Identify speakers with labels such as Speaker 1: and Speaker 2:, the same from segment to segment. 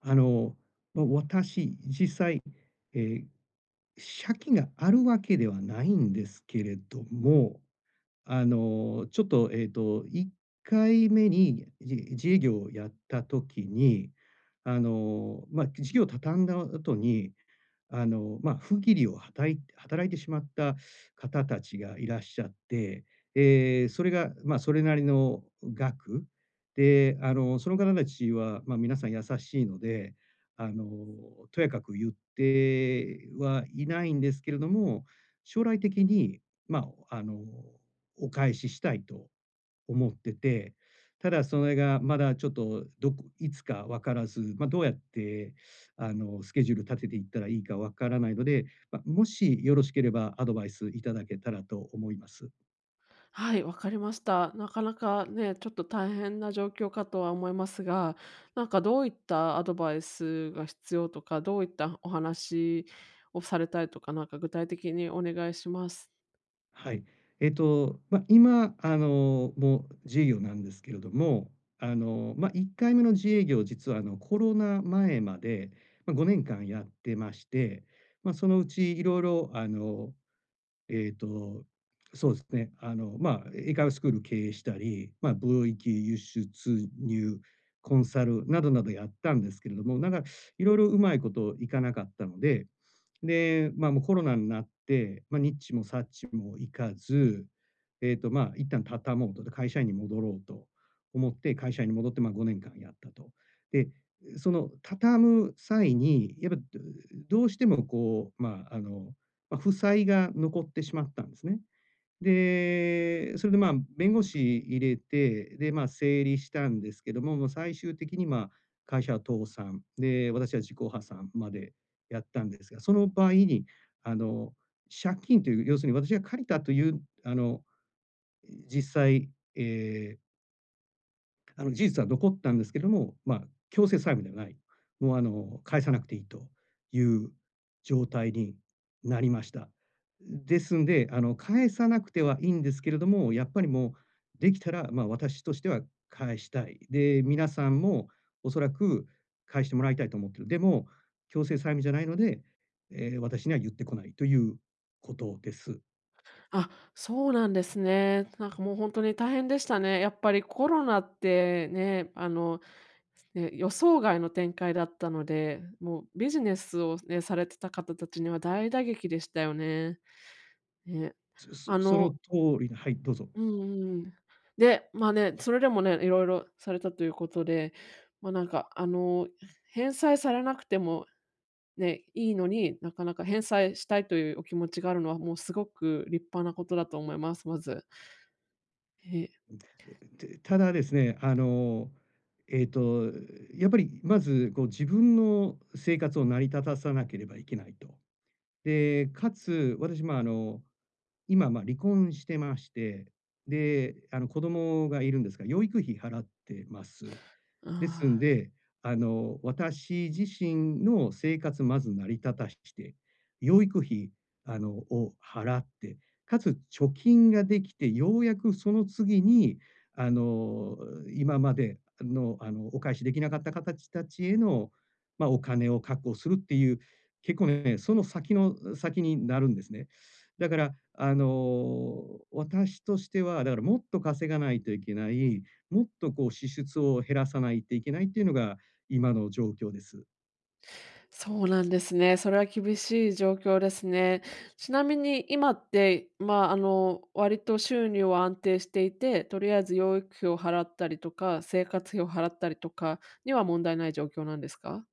Speaker 1: あの、まあ、私、実際、ええ、借金があるわけではないんですけれども、ちょっと、1回目に、自営業をやった時に、ま、事業を畳んだ後に、ま、不義理をはたい働いてしまった方たちがいらっしゃって、ええ、それが、ま、それなりの額で、その方たちは、ま、皆さん優しいので、あの、とやかく言ってはいないんですけれども、将来的に、ま、あのお返ししたいと思ってて、ただそれがまだちょっと、どこいつか分からず、まあ、どうやってスケジュール立てていったらいいか分からないので、まあ、もしよろしければアドバイスいただけたらと思います。
Speaker 2: はい、わかりました。なかなかね、ちょっと大変な状況かとは思いますが、なんかどういったアドバイスが必要とか、どういったお話をされたいとか、なんか具体的にお願いします。
Speaker 1: はい。まあ、今、もう自営業なんですけれども、まあ、1回目の自営業、実はあの、コロナ前まで、まあ、5年間やってまして、まあ、そのうちいろいろえっと、そうですね、まあ、英会話スクール経営したり、まあ、貿易、輸出、入、コンサルなどなどやったんですけれども、なんかいろいろうまいこといかなかったので、で、まあ、もうコロナになって、まあ、ニッチもサッチもいかず、まあ、一旦畳もうと、で、会社員に戻ろうと思って、会社員に戻って、まあ、5年間やったと。で、その畳む際に、やっぱ、どうしてもこう、負債が残ってしまったんですね。で、それで、まあ、弁護士入れて、で、まあ、整理したんですけども、もう最終的に、まあ、会社は倒産、で、私は自己破産までやったんですが、その場合に、あの、借金という、要するに私が借りたという、あの、実際、えー事実は残ったんですけども、まあ、強制債務ではない、もう、返さなくていいという状態になりました。ですんで、返さなくてはいいんですけれども、やっぱりもうできたら、まあ、私としては返したい。で、皆さんもおそらく返してもらいたいと思ってる。でも、強制債務じゃないので、私には言ってこないということです。
Speaker 2: あ、そうなんですね。なんかもう本当に大変でしたね。やっぱりコロナってね、ね、予想外の展開だったので、もうビジネスをね、されてた方たちには大打撃でしたよね。ね。
Speaker 1: そそ
Speaker 2: あ
Speaker 1: その
Speaker 2: の
Speaker 1: 通りなはい、どうぞ。
Speaker 2: うんうん。で、まあね、それでもね、いろいろされたということで、まあ、なんかあの、返済されなくてもね、いいのに、なかなか返済したいというお気持ちがあるのは、もうすごく立派なことだと思います、まず。え
Speaker 1: で、ただですね、えっと、やっぱりまず、こう自分の生活を成り立たさなければいけないと。で、かつ、私、今、まあ、離婚してまして、で、子供がいるんですが、養育費払ってます。
Speaker 2: あ
Speaker 1: ですん
Speaker 2: あ、
Speaker 1: で、私自身の生活まず成り立たして、養育費、を払って、かつ貯金ができて、ようやくその次に、あの、今までの、お返しできなかった方たちへの、まあ、お金を確保するっていう、結構ね、その先の先になるんですね。だから、私としては、だからもっと稼がないといけない、もっとこう支出を減らさないといけないっていうのが今の状況です。
Speaker 2: そうなんですね。それは厳しい状況ですね。ちなみに今って、割と収入は安定していて、とりあえず養育費を払ったりとか、生活費を払ったりとかには問題ない状況なんですか？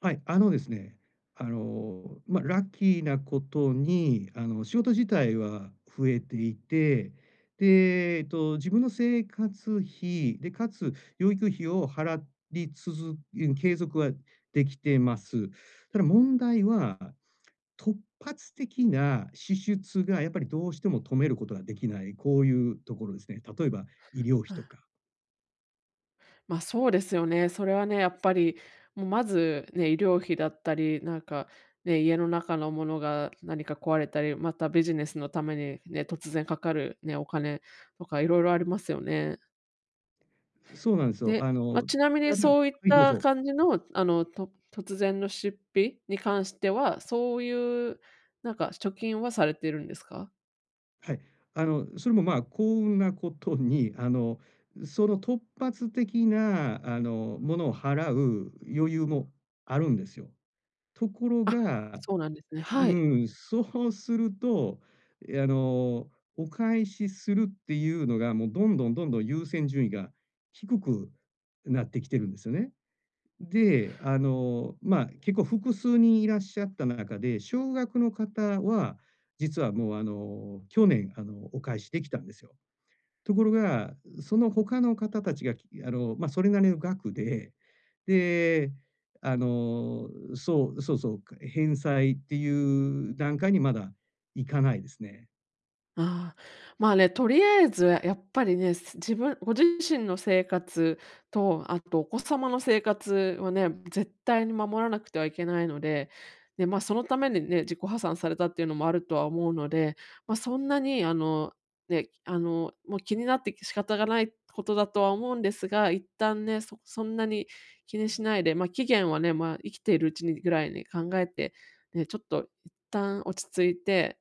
Speaker 1: はい、あのですね、ま、ラッキーなことに、仕事自体は増えていて、で、自分の生活費で、かつ養育費を払いつづうん、継続はできてます。ただ問題は突発的な支出がやっぱりどうしても止めることができない、こういうところですね。例えば医療費
Speaker 2: は
Speaker 1: と
Speaker 2: い。
Speaker 1: か。
Speaker 2: そうですよね。それはね、やっぱり、もうまずね、医療費だったり、なんかね、家の中のものが何か壊れたり、またビジネスのためにね、突然かかるね、お金とかいろいろありますよね。
Speaker 1: そうなんですよ。
Speaker 2: で、まあ、ちなみに
Speaker 1: は
Speaker 2: そういっ
Speaker 1: い、どう
Speaker 2: た
Speaker 1: ぞ。
Speaker 2: 感じの、突然の出費に関しては、そういうなんか貯金はされているんですか？
Speaker 1: はい。それも、まあ、幸運なことに、その突発的な、ものを払う余裕もあるんですよ。ところ
Speaker 2: あ、
Speaker 1: が、
Speaker 2: そうなんですね。はい。
Speaker 1: うん、そうすると、え、あの、お返しするっていうのが、もうどんどん優先順位が低くなってきてるんですよね。で、まあ、結構複数人いらっしゃった中で、少額の方は、実はもう、去年、お返しできたんですよ。ところが、その他の方たちが、きあの、ま、それなりの額で、で、あの、返済っていう段階にまだ行かないですね。
Speaker 2: ああ、まあね、とりあえずやっぱりね、自分ご自身の生活と、あとお子様の生活はね、絶対に守らなくてはいけないので、で、ま、そのためにね、自己破産されたっていうのもあるとは思うので、ま、そんなにあの、ね、あの、もう気になって仕方がないことだとは思うんですが、一旦ね、そんなに気にしないで、ま、期限はね、ま、生きているうちにぐらいに考えて、ね、ちょっと一旦落ち着いて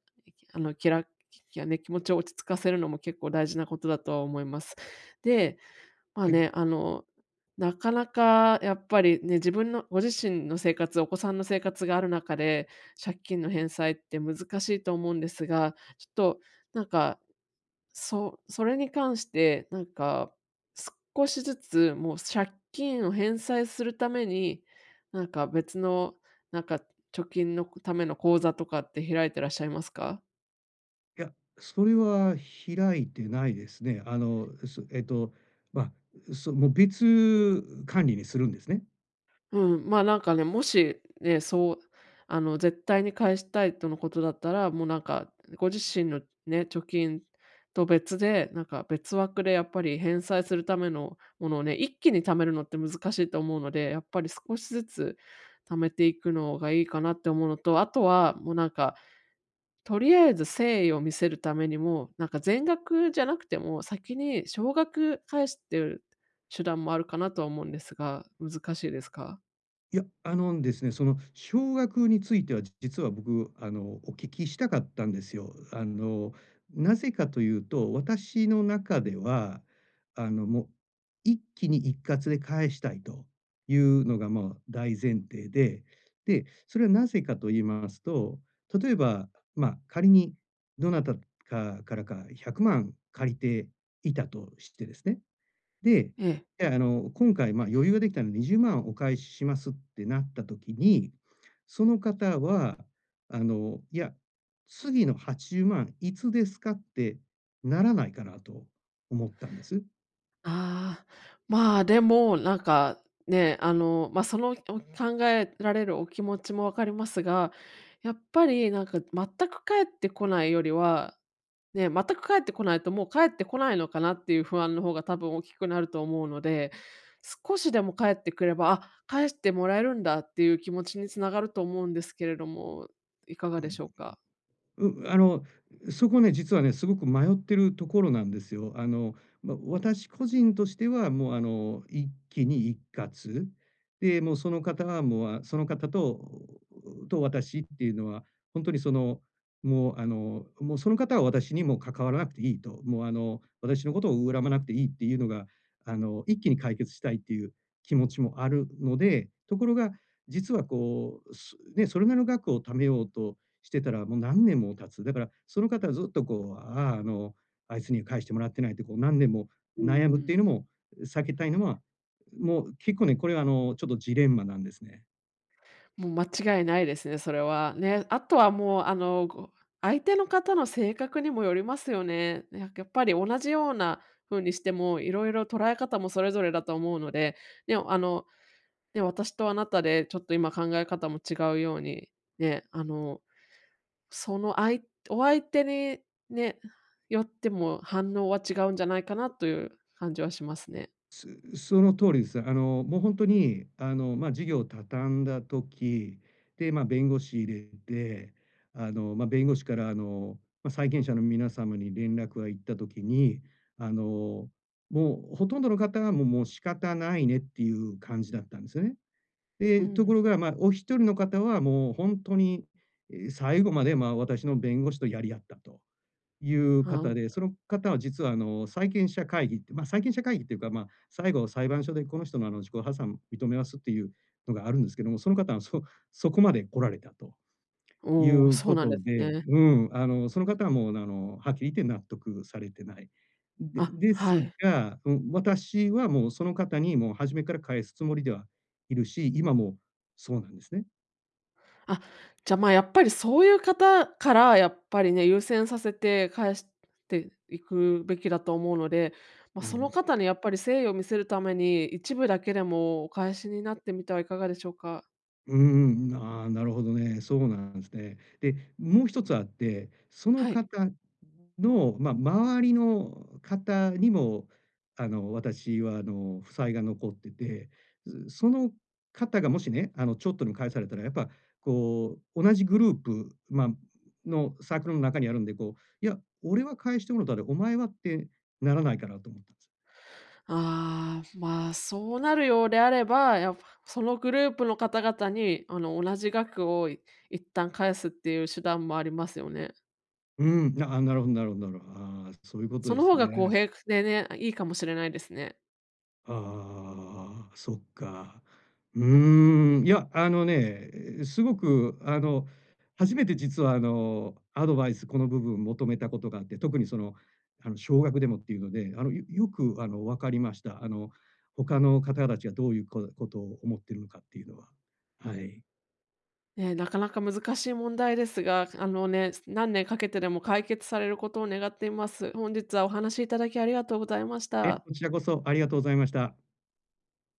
Speaker 2: あの、きらやね、気持ちを落ち着かせるのも結構大事なことだとは思います。で、まあ
Speaker 1: はい、い
Speaker 2: ね、あの、なかなかやっぱりね、自分のご自身の生活、お子さんの生活がある中で、借金の返済って難しいと思うんですが、ちょっとなんか、そそれに関して、なんか、少しずつもう借金を返済するために、なんか別の、なんか貯金のための口座とかって開いてらっしゃいますか？
Speaker 1: や、それは開いてないですね。あの、すえっと、ま、そう、もう別管理にするんですね。
Speaker 2: うん、ま、なんかね、もしね、絶対に返したいとのことだったら、もうなんか、ご自身のね、貯金と別で、なんか別枠でやっぱり返済するためのものをね、一気に貯めるのって難しいと思うので、やっぱり少しずつ貯めていくのがいいかなって思うのと、あとはもうなんかとりあえず誠意を見せるためにも、なんか全額じゃなくても、先に少額返すっていう手段もあるかなとは思うんですが、難しいですか？
Speaker 1: いや、あのですね、その少額については、実は僕、お聞きしたかったんですよ。なぜかというと、私の中では、もう一気に一括で返したいというのが、まあ、大前提で、で、それはなぜかと言いますと、例えば、まあ、仮にどなたかからか100万借りていたとしてですね、で、
Speaker 2: ええ。
Speaker 1: じゃあ、今回、まあ、余裕ができたので20万お返ししますってなった時に、その方は、いや、次の80万いつですかってならないかなと思ったんです。
Speaker 2: ああ、まあ、でも、ね、あの、ま、その、お考えられるお気持ちも分かりますが、やっぱりなんか全く帰ってこないよりは、ね、全く帰ってこないともう帰ってこないのかなっていう不安の方が多分大きくなると思うので、少しでも帰ってくれば、あ、返してもらえるんだっていう気持ちに繋がると思うんですけれども、いかが
Speaker 1: う
Speaker 2: でし
Speaker 1: ん。
Speaker 2: ょうか？
Speaker 1: う、あの、そこね、実はね、すごく迷ってるところなんですよ。ま、私個人としては、もう、一気に一括。で、もうその方は、もう、その方と私っていうのは、ほんとにその、もう、もうその方は私にもう関わらなくていいと、もう、私のことを恨まなくていいっていうのが、一気に解決したいっていう気持ちもあるので、ところが、実は、それなりの額を貯めようとしてたら、もう何年も経つ。だから、その方はずっとこう、あいつには返してもらってないって、こう何年も
Speaker 2: うう
Speaker 1: 悩むっていうの
Speaker 2: ん。
Speaker 1: も避けたいのは、もう結構ね、これはちょっとジレンマなんですね。
Speaker 2: もう間違いないですね、それは。ね、あとはもう、あの、ご相手の方の性格にもよりますよね。やっぱり同じような風にしても、いろいろ捉え方もそれぞれだと思うので、ね、あの、ね、私とあなたでちょっと今考え方も違うように、ね、あの、そのあいお相手にね、よっても反応は違うんじゃないかなという感じはしますね。
Speaker 1: すその通りです。もうほんとに、ま、事業を畳んだ時、で、ま、弁護士入れて、ま、弁護士からま、債権者の皆様に連絡が行った時に、あの、もうほとんどの方はもう仕方ないねっていう感じだったんですよね。
Speaker 2: う
Speaker 1: とこ
Speaker 2: ん。
Speaker 1: ろが、まあ、お一人の方はもう本当に、最後まで、まあ、私の弁護士とやり合ったという
Speaker 2: あ、
Speaker 1: 方で、その方は実は、債権者会議って、まあ、債権者会議っていうか、まあ、最後裁判所でこの人の、自己破産認めますっていうのがあるんですけども、その方はそこまで来られたと。い
Speaker 2: おお、
Speaker 1: う
Speaker 2: そ
Speaker 1: こ
Speaker 2: うなんで
Speaker 1: と
Speaker 2: す
Speaker 1: で、
Speaker 2: ね。
Speaker 1: うん、その方はもう、はっきり言って納得されてない。で
Speaker 2: あ、
Speaker 1: で
Speaker 2: は
Speaker 1: す
Speaker 2: い。
Speaker 1: が、うん、私はもうその方にもう初めから返すつもりではいるし、今もそうなんですね。
Speaker 2: あ、じゃ、ま、やっぱりそういう方から、やっぱりね、優先させて返していくべきだと思うので、まあ、
Speaker 1: うんう
Speaker 2: その
Speaker 1: ん
Speaker 2: 方にやっぱり誠意を見せるために、一部だけでもお返しになってみてはいかがでしょうか？
Speaker 1: うん、ああ、なるほどね。そうなんですね。で、もう一つあって、その
Speaker 2: はい。
Speaker 1: 方の、まあ、周りの方にも、私は、負債が残ってて、ずその方がもしね、ちょっとでも返されたら、やっぱ、こう、同じグループ、まあ、のサークルの中にあるんで、こう、「いや、俺は返してもろたで、お前は」ってならないかなと思ったんです。
Speaker 2: ああ、ま、そうなるようであれば、やっぱ、そのグループの方々に、あの、同じ額を一旦返すっていう手段もありますよね。
Speaker 1: うん、なるほど、なるほど、なるほど。ああ、そういうこと
Speaker 2: そ
Speaker 1: で
Speaker 2: の
Speaker 1: す
Speaker 2: 方が公
Speaker 1: ね。
Speaker 2: 平でね、いいかもしれないですね。
Speaker 1: ああ、そっか。うーん、いや、あのね、すごく、初めて実は、アドバイス、この部分求めたことがあって、特にその、少額でもっていうので、あの、よよく、あの、分かりました。他の方たちがどういうことを思ってるのかっていうのは。はい。
Speaker 2: ね、なかなか難しい問題ですが、あのね、何年かけてでも解決されることを願っています。本日はお話しいただきありがとうございまし
Speaker 1: え、
Speaker 2: た。
Speaker 1: こちらこそありがとうございました。